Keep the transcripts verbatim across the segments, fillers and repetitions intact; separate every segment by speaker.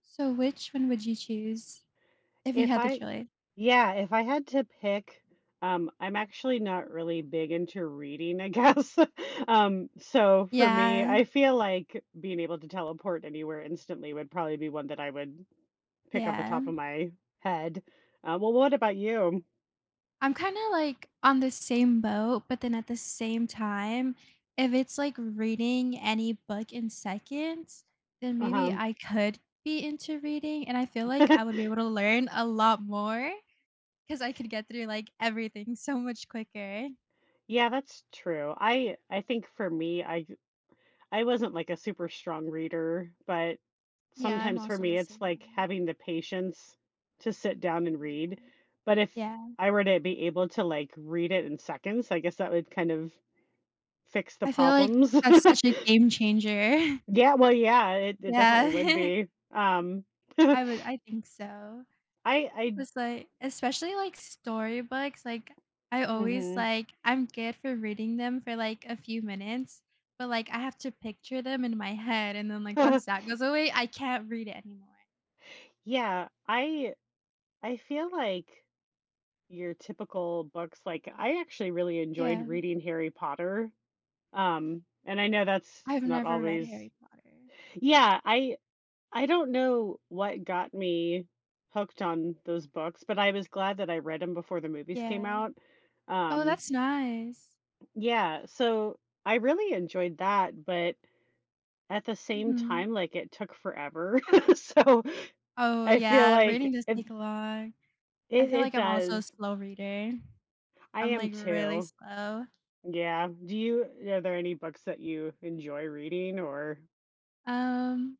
Speaker 1: So which one would you choose if you
Speaker 2: If
Speaker 1: had the
Speaker 2: I
Speaker 1: choice?
Speaker 2: Yeah, if I had to pick, um, I'm actually not really big into reading, I guess. Um, so for me,
Speaker 1: Yeah,
Speaker 2: I feel like being able to teleport anywhere instantly would probably be one that I would pick off the
Speaker 1: yeah.
Speaker 2: top of my head. Uh, well, what about you?
Speaker 1: I'm kinda, like, on the same boat, but then at the same time, if it's, like, reading any book in seconds, then maybe
Speaker 2: Uh-huh.
Speaker 1: I could be into reading, and I feel like I would be able to learn a lot more because I could get through, like, everything so much quicker.
Speaker 2: Yeah, that's true. I I think for me, I I wasn't like a super strong reader, but
Speaker 1: Yeah, I'm
Speaker 2: sometimes for
Speaker 1: also
Speaker 2: me,
Speaker 1: the
Speaker 2: it's
Speaker 1: same
Speaker 2: like
Speaker 1: way.
Speaker 2: having the patience to sit down and
Speaker 1: Yeah.
Speaker 2: read. But if
Speaker 1: Yeah.
Speaker 2: I were to be able to like read it in seconds, I guess that would kind of fix the
Speaker 1: I feel like
Speaker 2: problems.
Speaker 1: that's such a game changer.
Speaker 2: Yeah, well, yeah, it, it definitely would
Speaker 1: Yeah.
Speaker 2: be. Um, I,
Speaker 1: I would I think so.
Speaker 2: I,
Speaker 1: It's like especially, like, storybooks, like, I always,
Speaker 2: mhm.
Speaker 1: like I'm good for reading them for, like, a few minutes, but, like, I have to picture them in my head, and then, like, once that goes away, I can't read it anymore.
Speaker 2: yeah, I, I feel like your typical books, like I actually really enjoyed
Speaker 1: Yeah.
Speaker 2: reading Harry Potter. Um, and I know that's
Speaker 1: I've
Speaker 2: not
Speaker 1: never read
Speaker 2: always.
Speaker 1: Harry Potter.
Speaker 2: Yeah, I I don't know what got me hooked on those books, but I was glad that I read them before the movies came
Speaker 1: Yeah.
Speaker 2: out.
Speaker 1: Oh,
Speaker 2: Um,
Speaker 1: that's nice.
Speaker 2: yeah, so I really enjoyed that, but at the same
Speaker 1: Mhm.
Speaker 2: time, like it took forever. So
Speaker 1: Oh,
Speaker 2: I feel
Speaker 1: yeah, reading
Speaker 2: like
Speaker 1: does
Speaker 2: it,
Speaker 1: take long. I
Speaker 2: it
Speaker 1: feel
Speaker 2: it
Speaker 1: like I'm also a
Speaker 2: does.
Speaker 1: slow reader.
Speaker 2: I
Speaker 1: I'm,
Speaker 2: am
Speaker 1: like, really
Speaker 2: too.
Speaker 1: slow.
Speaker 2: Yeah. Do you, are there any books that you enjoy reading or?
Speaker 1: Um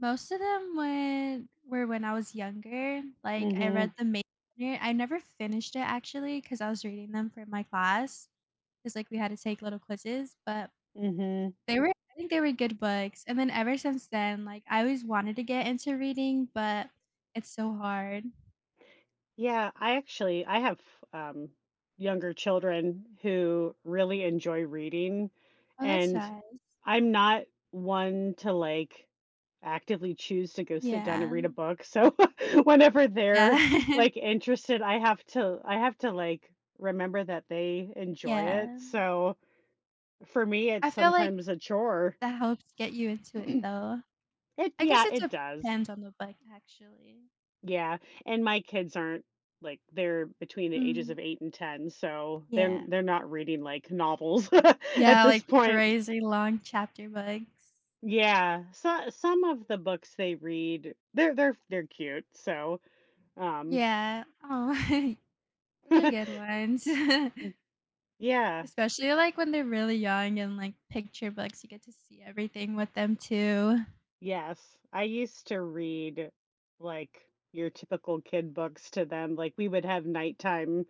Speaker 1: Most of them when were when I was younger, like, I read
Speaker 2: Mhm.
Speaker 1: The Maze Runner. I never finished it actually, because I was reading them for my class. Cause like, we had to take little quizzes, but
Speaker 2: Mhm.
Speaker 1: they were I think they were good books, and then ever since then, like, I always wanted to get into reading, but it's so hard.
Speaker 2: Yeah, I actually I have, um, younger children who really enjoy reading,
Speaker 1: Oh, that's
Speaker 2: and
Speaker 1: nice.
Speaker 2: I'm not one to like actively choose to go sit down and
Speaker 1: Yeah.
Speaker 2: read a book. So whenever
Speaker 1: Yeah.
Speaker 2: they're like interested, I have to I have to like remember that they enjoy it.
Speaker 1: Yeah.
Speaker 2: So for me,
Speaker 1: I
Speaker 2: it's
Speaker 1: feel like
Speaker 2: sometimes a chore.
Speaker 1: that helps get you into it, though.
Speaker 2: It,
Speaker 1: I guess
Speaker 2: yeah,
Speaker 1: it
Speaker 2: it does.
Speaker 1: depends on the book, actually.
Speaker 2: Yeah, and my kids aren't like they're between the ages
Speaker 1: Mm.
Speaker 2: of eight and ten, so they're
Speaker 1: Yeah.
Speaker 2: they're not reading like novels at
Speaker 1: Yeah,
Speaker 2: this
Speaker 1: like
Speaker 2: point.
Speaker 1: crazy long chapter books.
Speaker 2: Yeah, so some of the books they read, they're they're they're cute. So, um
Speaker 1: Yeah. Oh, those are good ones.
Speaker 2: yeah,
Speaker 1: Especially like when they're really young and like picture books, you get to see everything with them too.
Speaker 2: yes. I used to read like your typical kid books to them. Like we would have nighttime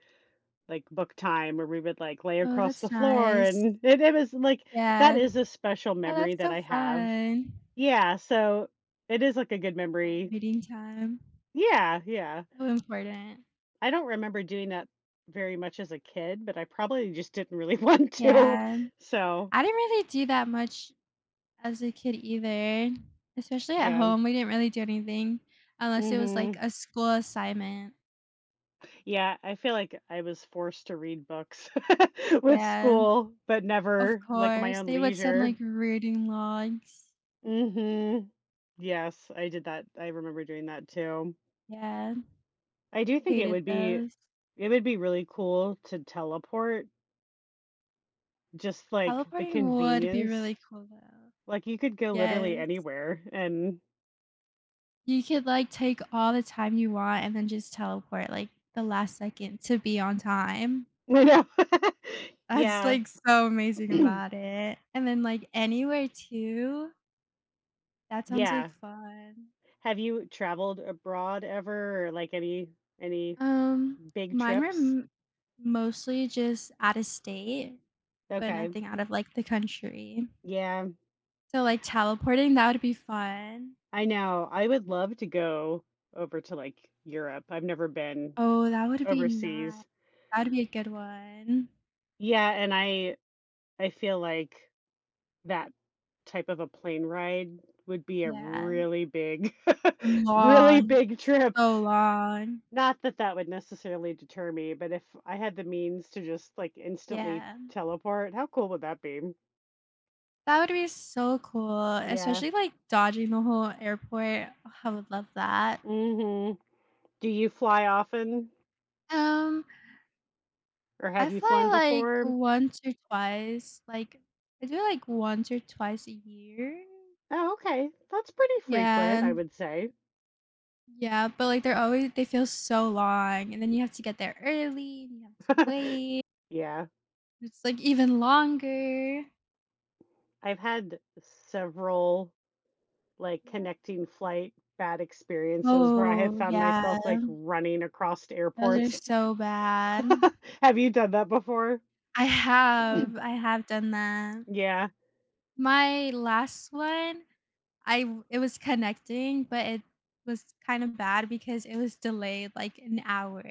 Speaker 2: like book time where we would like lay
Speaker 1: Oh,
Speaker 2: across the
Speaker 1: that's
Speaker 2: floor
Speaker 1: nice.
Speaker 2: and it, it was like that
Speaker 1: Yeah.
Speaker 2: is a special
Speaker 1: Oh,
Speaker 2: memory
Speaker 1: that's
Speaker 2: that
Speaker 1: so
Speaker 2: I have.
Speaker 1: fun.
Speaker 2: Yeah, so it is, like, a good
Speaker 1: Yeah,
Speaker 2: memory.
Speaker 1: reading time.
Speaker 2: Yeah, yeah.
Speaker 1: So important.
Speaker 2: I don't remember doing that very much as a kid, but I probably just didn't really want to.
Speaker 1: Yeah.
Speaker 2: So,
Speaker 1: I didn't really do that much as a kid either. Especially at
Speaker 2: yeah.
Speaker 1: home, we didn't really do anything unless it was like
Speaker 2: Mhm.
Speaker 1: a school assignment.
Speaker 2: Yeah, I feel like I was forced to read books with
Speaker 1: Yeah.
Speaker 2: school, but
Speaker 1: Of
Speaker 2: never, like, my
Speaker 1: course,
Speaker 2: own
Speaker 1: they would send,
Speaker 2: leisure.
Speaker 1: like, reading logs.
Speaker 2: Mhm. Yes, I did that. I remember doing that too.
Speaker 1: Yeah,
Speaker 2: I do
Speaker 1: I
Speaker 2: think it
Speaker 1: hated
Speaker 2: would be
Speaker 1: those.
Speaker 2: it would be really cool to teleport, just, like, the
Speaker 1: Teleporting would be
Speaker 2: convenience.
Speaker 1: really cool, though.
Speaker 2: Like, you could go literally
Speaker 1: Yes.
Speaker 2: anywhere and
Speaker 1: You could, like, take all the time you want and then just teleport, like, the last second to be on time.
Speaker 2: you know?
Speaker 1: That's,
Speaker 2: Yeah.
Speaker 1: like, so amazing about it. And then, like, anywhere too. That sounds like
Speaker 2: Yeah.
Speaker 1: fun.
Speaker 2: Have you traveled abroad ever or, like, any any
Speaker 1: Um,
Speaker 2: big
Speaker 1: mine were
Speaker 2: trips?
Speaker 1: m mostly just out of state, but
Speaker 2: Okay.
Speaker 1: nothing out of, like, the country.
Speaker 2: Yeah.
Speaker 1: So, like, teleporting, that would be fun.
Speaker 2: I know. I would love to go over to, like, Europe. I've never been
Speaker 1: Oh, that would be nice.
Speaker 2: overseas.
Speaker 1: That would be a good one.
Speaker 2: Yeah, and I I feel like that type of a plane ride would be a
Speaker 1: Yeah.
Speaker 2: really big really
Speaker 1: Long.
Speaker 2: big trip.
Speaker 1: So long.
Speaker 2: Not that that would necessarily deter me, but if I had the means to just like instantly
Speaker 1: Yeah.
Speaker 2: teleport, how cool would that be?
Speaker 1: That would be so cool,
Speaker 2: Yeah.
Speaker 1: especially, like, dodging the whole airport. Oh, I would love that.
Speaker 2: Mhm. Do you fly often
Speaker 1: Um,
Speaker 2: or
Speaker 1: I
Speaker 2: have you
Speaker 1: fly,
Speaker 2: flown
Speaker 1: like,
Speaker 2: before?
Speaker 1: once or twice. Like, I do like, once or twice a year.
Speaker 2: Oh, okay. That's pretty frequent,
Speaker 1: Yeah.
Speaker 2: I would say.
Speaker 1: Yeah, but, like, they're always they feel so long, and then you have to get there early, and you have to wait.
Speaker 2: Yeah.
Speaker 1: It's, like, even longer.
Speaker 2: I've had several like
Speaker 1: Yeah.
Speaker 2: connecting flight bad experiences where I have
Speaker 1: Oh,
Speaker 2: found
Speaker 1: yeah.
Speaker 2: myself like running across
Speaker 1: Those are
Speaker 2: airports.
Speaker 1: so bad.
Speaker 2: Have you done that before?
Speaker 1: I have I have done that.
Speaker 2: Yeah.
Speaker 1: My last one, I w it was connecting, but it was kinda bad because it was delayed, like, an hour.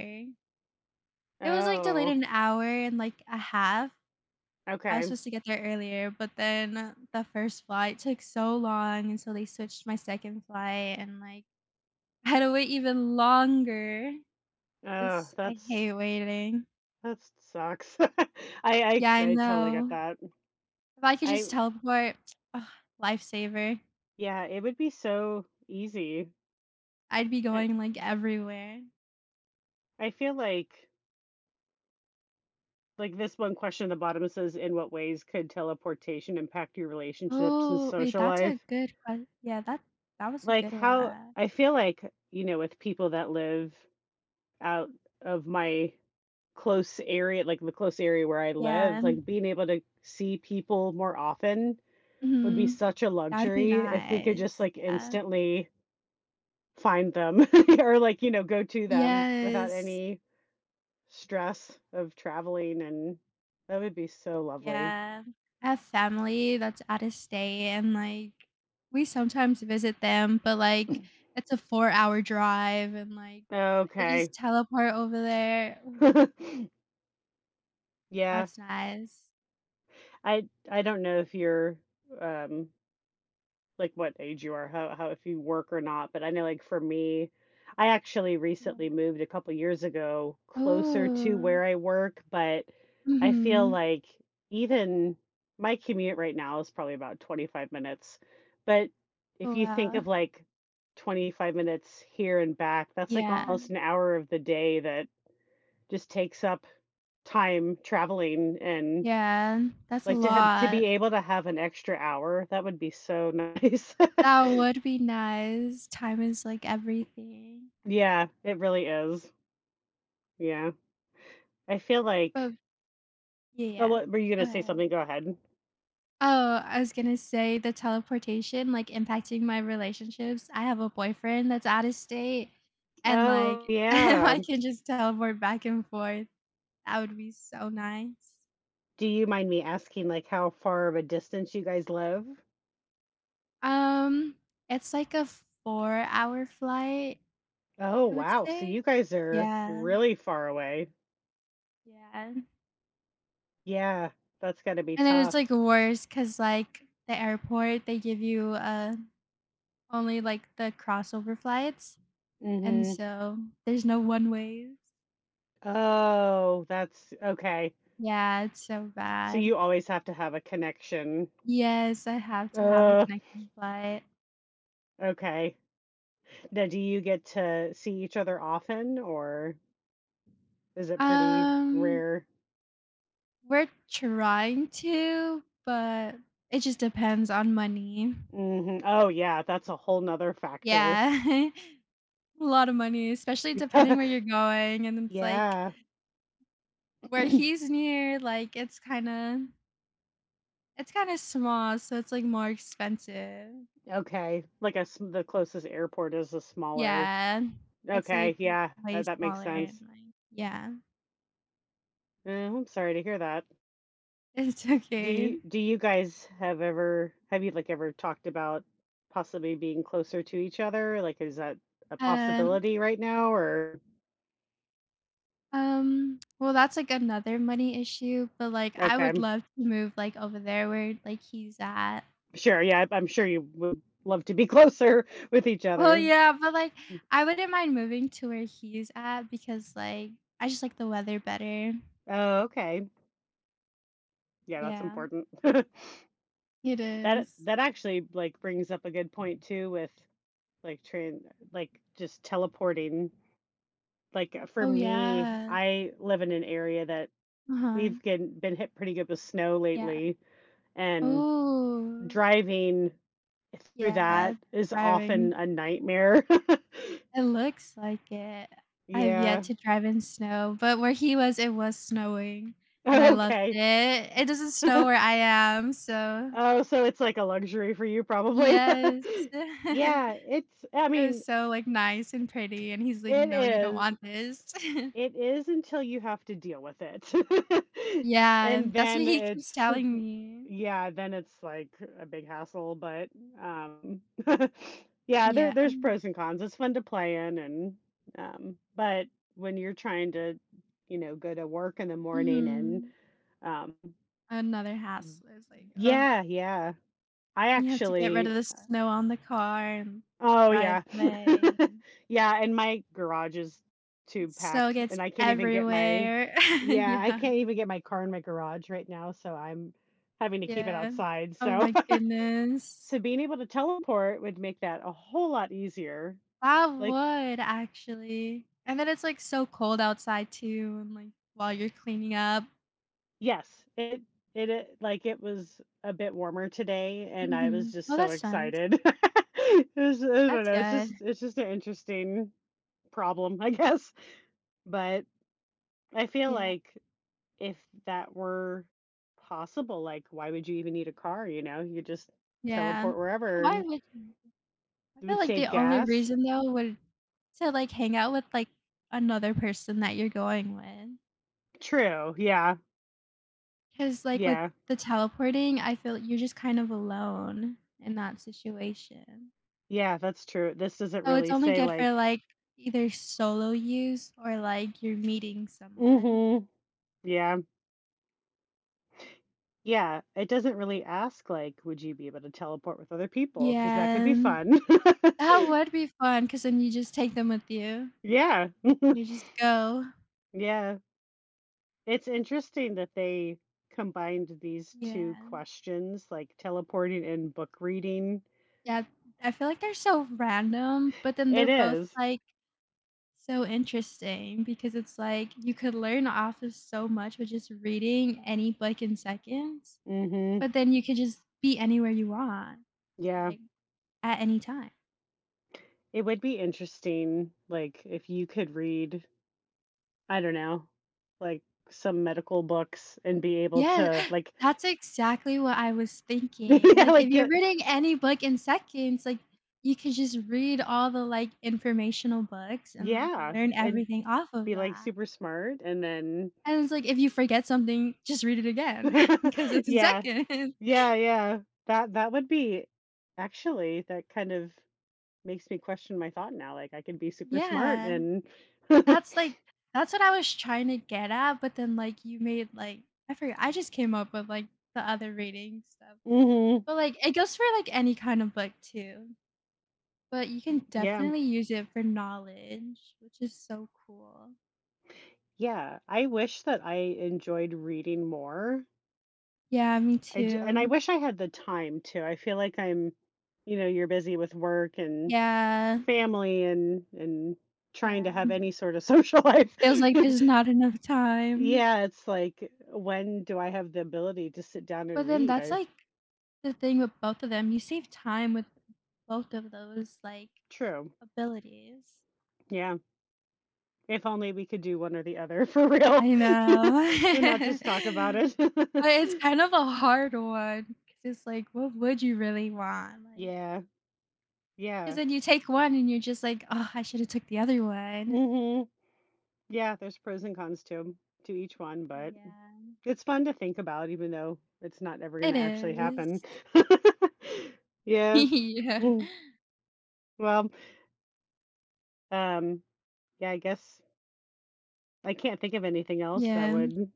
Speaker 1: It was, like, delayed
Speaker 2: Oh,
Speaker 1: an hour and, like, a half. I was
Speaker 2: okay.
Speaker 1: supposed to get there earlier, but then the first flight took so long, and so they switched my second flight, and, like, I had to wait even longer.
Speaker 2: Oh,
Speaker 1: 'Cause I
Speaker 2: that's
Speaker 1: hate waiting.
Speaker 2: that sucks. I I
Speaker 1: Yeah, I
Speaker 2: I totally get
Speaker 1: know.
Speaker 2: that.
Speaker 1: If I could
Speaker 2: I,
Speaker 1: just teleport, ugh, lifesaver.
Speaker 2: yeah, it would be so easy.
Speaker 1: I'd be
Speaker 2: I
Speaker 1: going, like, everywhere.
Speaker 2: I feel like like this one question at the bottom says, in what ways could teleportation impact your relationships and
Speaker 1: Oh, wait,
Speaker 2: social
Speaker 1: that's a
Speaker 2: life?
Speaker 1: good question. Yeah, that that was a
Speaker 2: Like
Speaker 1: good
Speaker 2: how
Speaker 1: one.
Speaker 2: I feel like, you know, with people that live out of my close area, like the close area where I live,
Speaker 1: Yeah.
Speaker 2: like being able to see people more often would be
Speaker 1: Mhm.
Speaker 2: such a
Speaker 1: That would be
Speaker 2: luxury if we could just
Speaker 1: nice.
Speaker 2: like
Speaker 1: Yeah.
Speaker 2: instantly find them or like, you know, go to them without
Speaker 1: Yes.
Speaker 2: any stress of traveling and that would be so lovely.
Speaker 1: Yeah. I have family that's out of state, and, like, we sometimes visit them, but, like, it's a four-hour drive, and, like, I could
Speaker 2: Okay.
Speaker 1: just teleport over there.
Speaker 2: Yeah.
Speaker 1: That's nice.
Speaker 2: I I don't know if you're um like what age you are, how how if you work or not, but I know like for me, I actually recently
Speaker 1: Yeah.
Speaker 2: moved a couple years ago closer to
Speaker 1: mm
Speaker 2: where I work, but I feel
Speaker 1: Mhm.
Speaker 2: like even my commute right now is probably about twenty-five minutes. But if
Speaker 1: Oh,
Speaker 2: you think
Speaker 1: wow.
Speaker 2: of like twenty-five minutes here and back, that's like
Speaker 1: Yeah.
Speaker 2: almost an hour of the day that just takes up time traveling and
Speaker 1: Yeah. That's a
Speaker 2: like to have to be
Speaker 1: lot.
Speaker 2: able to have an extra hour, that would be so nice.
Speaker 1: That would be nice. Time is, like, everything.
Speaker 2: Yeah, it really is. Yeah. I feel
Speaker 1: But
Speaker 2: like,
Speaker 1: yeah,
Speaker 2: oh,
Speaker 1: yeah.
Speaker 2: what were you gonna
Speaker 1: Go
Speaker 2: say
Speaker 1: ahead.
Speaker 2: something? Go ahead.
Speaker 1: Oh, I was gonna say the teleportation, like, impacting my relationships. I have a boyfriend that's out of state, and,
Speaker 2: Oh,
Speaker 1: like, if
Speaker 2: yeah.
Speaker 1: I can just teleport back and forth, that would be so nice.
Speaker 2: Do you mind me asking like how far of a distance you guys live?
Speaker 1: Um, it's like a four-hour flight.
Speaker 2: Oh,
Speaker 1: I would
Speaker 2: wow. So you
Speaker 1: say
Speaker 2: guys are
Speaker 1: yeah,
Speaker 2: really far away.
Speaker 1: yeah.
Speaker 2: Yeah, that's gotta be
Speaker 1: And then it's,
Speaker 2: tough.
Speaker 1: like, worse, cause like, the airport, they give you, uh, only, like, the crossover flights, and
Speaker 2: Mm-hmm.
Speaker 1: so there's no one ways.
Speaker 2: Oh, that's okay.
Speaker 1: Yeah, it's so
Speaker 2: So
Speaker 1: bad.
Speaker 2: you always have to have a connection.
Speaker 1: Yes, I have to have a
Speaker 2: Uh,
Speaker 1: connecting flight.
Speaker 2: okay. Now, do you get to see each other often or is it pretty
Speaker 1: Um,
Speaker 2: rare?
Speaker 1: we're trying to, but it just depends on money.
Speaker 2: Mhm. Oh, yeah, that's a whole nother factor.
Speaker 1: Yeah. A lot of money, especially depending where you're going, and it's like
Speaker 2: Yeah.
Speaker 1: Where he's near, like, it's kinda it's kinda small, so it's, like, more expensive.
Speaker 2: Okay, like a s The closest airport is a smaller.
Speaker 1: Yeah. It's, like,
Speaker 2: Okay,
Speaker 1: w
Speaker 2: yeah, uh,
Speaker 1: way
Speaker 2: that makes
Speaker 1: smaller and,
Speaker 2: sense.
Speaker 1: like yeah.
Speaker 2: Mm, I'm sorry to hear that.
Speaker 1: It's
Speaker 2: Do
Speaker 1: okay.
Speaker 2: you do you guys have ever have you, like, ever talked about possibly being closer to each other? Like, is that a
Speaker 1: Um
Speaker 2: possibility right now, or?
Speaker 1: um, well, that's, like, another money issue, but, like, I would
Speaker 2: Okay,
Speaker 1: love to move, like, over there where, like, he's at.
Speaker 2: sure, yeah, I'm sure you would love to be closer with each
Speaker 1: Well,
Speaker 2: other.
Speaker 1: yeah, but, like, I wouldn't mind moving to where he's at because, like, I just like the weather better.
Speaker 2: Oh, okay. Yeah, that's
Speaker 1: Yeah.
Speaker 2: important.
Speaker 1: It
Speaker 2: That
Speaker 1: is.
Speaker 2: that actually, like, brings up a good point too with, like, train like, just teleporting. Like, uh, for
Speaker 1: Oh,
Speaker 2: me,
Speaker 1: yeah.
Speaker 2: I live in an area that
Speaker 1: Uh-huh.
Speaker 2: we've get been hit pretty good with snow
Speaker 1: Yeah.
Speaker 2: lately, and
Speaker 1: Oh,
Speaker 2: driving through that
Speaker 1: yeah,
Speaker 2: is often
Speaker 1: driving.
Speaker 2: a nightmare.
Speaker 1: It looks like it. I've yet
Speaker 2: Yeah.
Speaker 1: to drive in snow, but where he was, it was snowing, and I loved
Speaker 2: Okay.
Speaker 1: it. It doesn't snow where I am, so
Speaker 2: Oh, so it's like a luxury for you probably.
Speaker 1: yes.
Speaker 2: Yeah, it's I
Speaker 1: It was
Speaker 2: mean,
Speaker 1: so, like, nice and pretty, and he's like,
Speaker 2: it
Speaker 1: "No, you don't
Speaker 2: is.
Speaker 1: want this."
Speaker 2: It is until you have to deal with it.
Speaker 1: Yeah,
Speaker 2: And
Speaker 1: that's what
Speaker 2: then
Speaker 1: he keeps
Speaker 2: it's
Speaker 1: telling me.
Speaker 2: yeah, then it's like a big hassle, but um yeah, there
Speaker 1: Yeah.
Speaker 2: there's pros and cons. It's fun to play in and um but when you're trying to, you know, go to work in the morning and
Speaker 1: Mhm.
Speaker 2: um
Speaker 1: Another hassle. It's like, oh.
Speaker 2: yeah, yeah. I
Speaker 1: You have to get rid
Speaker 2: actually.
Speaker 1: of the snow on the car and the
Speaker 2: Oh, yeah.
Speaker 1: driveway, and
Speaker 2: Yeah, and my garage is too
Speaker 1: snow
Speaker 2: packed,
Speaker 1: gets
Speaker 2: and I can't even get my,
Speaker 1: everywhere.
Speaker 2: yeah, I
Speaker 1: Yeah,
Speaker 2: can't even get my car in my garage right now, so I'm having to keep it
Speaker 1: yeah.
Speaker 2: outside,
Speaker 1: Oh
Speaker 2: so
Speaker 1: my goodness.
Speaker 2: so being able to teleport would make that a whole lot easier.
Speaker 1: That
Speaker 2: Like,
Speaker 1: would actually. And then it's, like, so cold outside too and, like, while you're cleaning up.
Speaker 2: yes, it it it like, it was a bit warmer today, and I was
Speaker 1: Mhm.
Speaker 2: just
Speaker 1: Oh,
Speaker 2: so
Speaker 1: that's nice.
Speaker 2: excited. It was, I don't
Speaker 1: That's
Speaker 2: know, it's
Speaker 1: good.
Speaker 2: just it's just an interesting problem, I guess, but I feel
Speaker 1: Yeah,
Speaker 2: like, if that were possible, like, why would you even need a car, you know? You just
Speaker 1: yeah. Yeah,
Speaker 2: teleport wherever
Speaker 1: why
Speaker 2: and
Speaker 1: would you? I
Speaker 2: it
Speaker 1: feel
Speaker 2: would
Speaker 1: like the
Speaker 2: save
Speaker 1: only
Speaker 2: gas.
Speaker 1: reason though would to, like, hang out with, like, another person that you're going with.
Speaker 2: True, yeah,
Speaker 1: 'Cause, like, with
Speaker 2: yeah,
Speaker 1: the teleporting, I feel you're just kind of alone in that situation.
Speaker 2: yeah, that's true. This doesn't
Speaker 1: So it's
Speaker 2: really
Speaker 1: only
Speaker 2: say,
Speaker 1: good for,
Speaker 2: like
Speaker 1: like, either solo use or, like, you're meeting someone.
Speaker 2: mhm, yeah, yeah, it doesn't really ask, like, would you be able to teleport with other people? Because that could be
Speaker 1: Yeah.
Speaker 2: fun.
Speaker 1: That would be fun. Cause then you just take them with you.
Speaker 2: Yeah,
Speaker 1: You just go.
Speaker 2: yeah. It's interesting that they combined these two
Speaker 1: Yeah.
Speaker 2: questions, like teleporting and book reading.
Speaker 1: Yeah, I feel like they're so random, but then
Speaker 2: It
Speaker 1: they're both,
Speaker 2: is.
Speaker 1: like, so interesting because it's like you could learn off of so much with just reading any book in seconds.
Speaker 2: Mhm.
Speaker 1: But then you could just be anywhere you want,
Speaker 2: Yeah.
Speaker 1: like, at any time.
Speaker 2: It would be interesting, like, if you could read, I don't know, like, some medical books and be able
Speaker 1: Yeah,
Speaker 2: to, like
Speaker 1: that's exactly what I was thinking.
Speaker 2: yeah,
Speaker 1: Like,
Speaker 2: like,
Speaker 1: if you're
Speaker 2: get
Speaker 1: reading any book in seconds, like, you could just read all the, like, informational books and, like,
Speaker 2: yeah,
Speaker 1: learn
Speaker 2: and
Speaker 1: everything off of
Speaker 2: be, like,
Speaker 1: that.
Speaker 2: super smart and then
Speaker 1: And it's like, if you forget something, just read it again because it's in
Speaker 2: Yeah.
Speaker 1: seconds.
Speaker 2: Yeah, yeah. That that would be actually, that kind of makes me question my thought now, like, I could be super smart
Speaker 1: Yeah.
Speaker 2: and
Speaker 1: That's, like that's what I was trying to get at, but then, like, you made, like I forgot I just came up with, like, the other reading stuff.
Speaker 2: Mhm.
Speaker 1: But, like, it goes for, like, any kind of book too, but you can
Speaker 2: Yeah.
Speaker 1: definitely use it for knowledge, which is so cool.
Speaker 2: Yeah. I wish that I enjoyed reading more.
Speaker 1: Yeah, me
Speaker 2: I j And I
Speaker 1: too.
Speaker 2: wish I had the time to. I feel like I'm you know, you're busy with work and
Speaker 1: Yeah,
Speaker 2: family and and trying to
Speaker 1: yeah.
Speaker 2: have any sort of social life.
Speaker 1: Feels like there's not enough time.
Speaker 2: Yeah, it's like, when do I have the ability to sit down and
Speaker 1: But then
Speaker 2: read?
Speaker 1: that's,
Speaker 2: I,
Speaker 1: like, the thing with both of them, you save time with both of those, like,
Speaker 2: true.
Speaker 1: abilities.
Speaker 2: Yeah. If only we could do one or the other for real
Speaker 1: I
Speaker 2: and not
Speaker 1: know.
Speaker 2: just talk about it.
Speaker 1: But it's kind of a hard one. Cause it's like, what would you really want? Like
Speaker 2: Yeah.
Speaker 1: 'Cause
Speaker 2: Yeah.
Speaker 1: then you take one and you're just like, "Oh, I shoulda took the other one."
Speaker 2: Mhm. Yeah, there's pros and cons to 'em to each one, but
Speaker 1: Yeah.
Speaker 2: it's fun to think about even though it's not ever
Speaker 1: It
Speaker 2: gonna actually happen.
Speaker 1: is.
Speaker 2: Yeah.
Speaker 1: Yeah.
Speaker 2: Mm, well, um, yeah, I guess I can't think of anything else that
Speaker 1: Yeah,
Speaker 2: would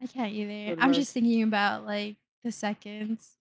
Speaker 1: I can't either.
Speaker 2: would
Speaker 1: I'm just
Speaker 2: work.
Speaker 1: thinking about, like, the seconds.